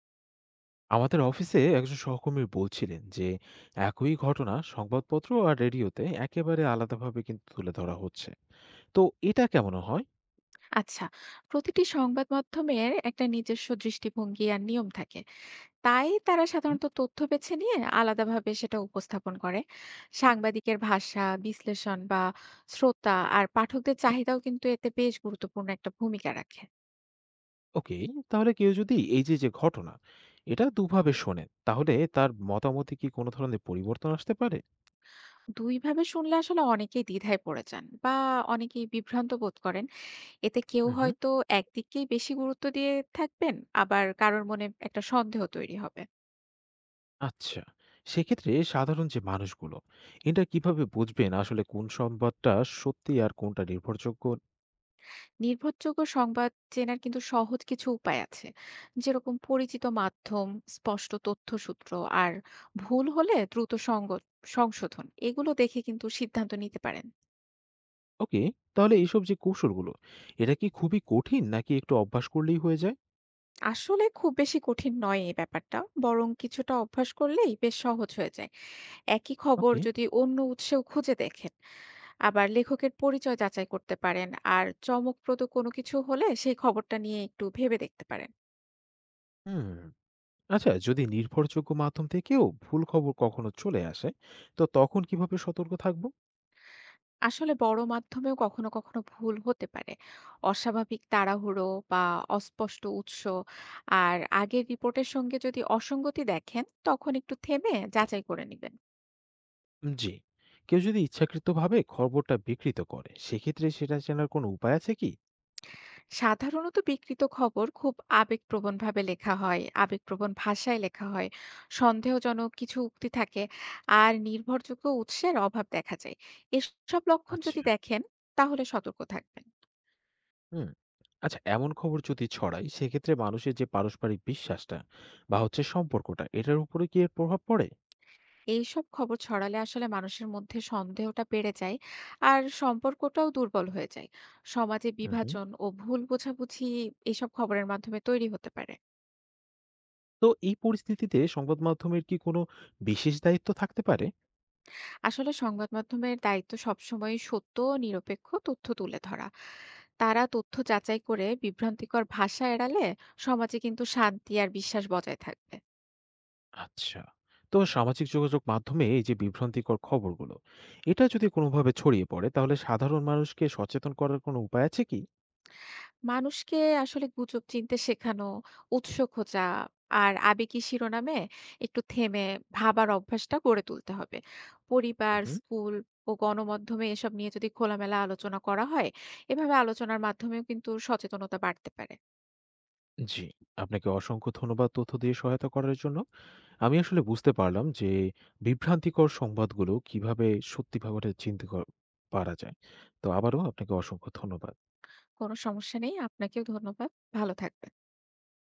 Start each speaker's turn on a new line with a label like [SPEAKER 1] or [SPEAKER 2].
[SPEAKER 1] আমাদের অফিসে একজন সহকর্মী বলছিলেন যে একই ঘটনা সংবাদপত্র আর রেডিওতে একেবারে আলাদাভাবে কিন্তু তুলে ধরা হচ্ছে। তো এটা কেমন হয়?
[SPEAKER 2] আচ্ছা, প্রতিটি সংবাদ মাধ্যমের একটা নিজস্ব দৃষ্টিভঙ্গি আর নিয়ম থাকে। তাই তারা
[SPEAKER 1] হুম।
[SPEAKER 2] সাধারণত তথ্য বেছে নিয়ে আলাদাভাবে সেটা উপস্থাপন করে। সাংবাদিকের ভাষা বিশ্লেষণ বা শ্রোতা আর পাঠকদের চাহিদাও কিন্তু এতে বেশ গুরুত্বপূর্ণ একটা ভূমিকা রাখে।
[SPEAKER 1] ওকে, তাহলে কেউ যদি এই যে যে ঘটনা এটা দুভাবে শোনেন, তাহলে তার মতামতে কি কোনো ধরনের পরিবর্তন আসতে পারে?
[SPEAKER 2] দুইভাবে শুনলে আসলে অনেকেই দ্বিধায় পড়ে যান বা অনেকেই বিভ্রান্ত বোধ করেন। এতে কেউ
[SPEAKER 1] মহম।
[SPEAKER 2] হয়তো একদিকেই বেশি গুরুত্ব দিয়ে থাকবেন, আবার কারোর মনে একটা সন্দেহ তৈরি হবে।
[SPEAKER 1] আচ্ছা, সেক্ষেত্রে সাধারণ যে মানুষগুলো, এটা কিভাবে বুঝবেন আসলে কোন সংবাদটা সত্যি আর কোনটা নির্ভরযোগ্য?
[SPEAKER 2] নির্ভরযোগ্য সংবাদ চেনার কিন্তু সহজ কিছু উপায় আছে, যেরকম পরিচিত মাধ্যম, স্পষ্ট তথ্যসূত্র আর ভুল হলে দ্রুত সংশোধন, এগুলো দেখে কিন্তু সিদ্ধান্ত নিতে পারেন।
[SPEAKER 1] ওকে, তাহলে এইসব যে কৌশলগুলো, এটা কি খুবই কঠিন নাকি একটু অভ্যাস করলেই হয়ে যায়?
[SPEAKER 2] আসলে খুব বেশি কঠিন নয় এই ব্যাপারটা, বরং কিছুটা অভ্যাস করলেই বেশ সহজ হয়ে যায়। একই খবর
[SPEAKER 1] ওকে।
[SPEAKER 2] যদি অন্য উৎসেও খুঁজে দেখেন, আবার লেখকের পরিচয় যাচাই করতে পারেন, আর চমকপ্রদ কোনো কিছু হলে সেই খবরটা নিয়ে একটু ভেবে দেখতে পারেন।
[SPEAKER 1] হুম। আচ্ছা, যদি নির্ভরযোগ্য মাধ্যম থেকেও ভুল খবর কখনো চলে আসে, তো তখন কিভাবে সতর্ক থাকবো?
[SPEAKER 2] আসলে বড় মাধ্যমেও কখনো কখনো ভুল হতে পারে। অস্বাভাবিক তাড়াহুড়ো বা অস্পষ্ট উৎস আর আগের রিপোর্টের সঙ্গে যদি অসঙ্গতি দেখেন, তখন একটু থেমে যাচাই করে নিবেন।
[SPEAKER 1] জি। কেউ যদি ইচ্ছাকৃতভাবে খবরটা বিকৃত করে, সেক্ষেত্রে সেটা চেনার কোনো উপায় আছে কি?
[SPEAKER 2] সাধারণত বিকৃত খবর খুব আবেগপ্রবণভাবে লেখা হয়, আবেগপ্রবণ ভাষায় লেখা হয়, সন্দেহজনক কিছু উক্তি থাকে আর নির্ভরযোগ্য উৎসের অভাব দেখা যায়। এসব লক্ষণ
[SPEAKER 1] আচ্ছা।
[SPEAKER 2] যদি দেখেন, তাহলে সতর্ক থাকবেন।
[SPEAKER 1] হুম। আচ্ছা, এমন খবর যদি ছড়ায়, সেক্ষেত্রে মানুষের যে পারস্পরিক বিশ্বাসটা বা হচ্ছে সম্পর্কটা, এটার উপরে কি এর প্রভাব পড়ে?
[SPEAKER 2] এইসব খবর ছড়ালে আসলে মানুষের মধ্যে সন্দেহটা বেড়ে যায় আর সম্পর্কটাও দুর্বল হয়ে যায়। সমাজে
[SPEAKER 1] উহু।
[SPEAKER 2] বিভাজন ও ভুল বোঝাবুঝি এইসব খবরের মাধ্যমে তৈরি হতে পারে।
[SPEAKER 1] তো এই পরিস্থিতিতে সংবাদ মাধ্যমের কি কোনো বিশেষ দায়িত্ব থাকতে পারে?
[SPEAKER 2] আসলে সংবাদ মাধ্যমের দায়িত্ব সবসময় সত্য ও নিরপেক্ষ তথ্য তুলে ধরা। তারা তথ্য যাচাই করে বিভ্রান্তিকর ভাষা এড়ালে সমাজে কিন্তু শান্তি আর বিশ্বাস বজায় থাকবে।
[SPEAKER 1] আচ্ছা। তো সামাজিক যোগাযোগ মাধ্যমে এই যে বিভ্রান্তিকর খবরগুলো, এটা যদি কোনোভাবে ছড়িয়ে পড়ে তাহলে সাধারণ মানুষকে সচেতন করার কোনো উপায় আছে কি?
[SPEAKER 2] মানুষকে আসলে গুজব চিনতে শেখানো, উৎস খোঁজা আর আবেগী শিরোনামে একটু থেমে ভাবার অভ্যাসটা গড়ে তুলতে হবে। পরিবার,
[SPEAKER 1] উহুম।
[SPEAKER 2] স্কুল ও গণমাধ্যমে এসব নিয়ে যদি খোলামেলা আলোচনা করা হয়, এভাবে আলোচনার মাধ্যমেও কিন্তু সচেতনতা বাড়তে পারে।
[SPEAKER 1] জি, আপনাকে অসংখ্য ধন্যবাদ তথ্য দিয়ে সহায়তা করার জন্য। আমি আসলে বুঝতে পারলাম যে বিভ্রান্তিকর সংবাদগুলো কিভাবে সত্যি ভাবে চিনতে কর পারা যায়। তো আবারও আপনাকে অসংখ্য ধন্যবাদ।
[SPEAKER 2] কোনো সমস্যা নেই। আপনাকেও ধন্যবাদ। ভালো থাকবেন।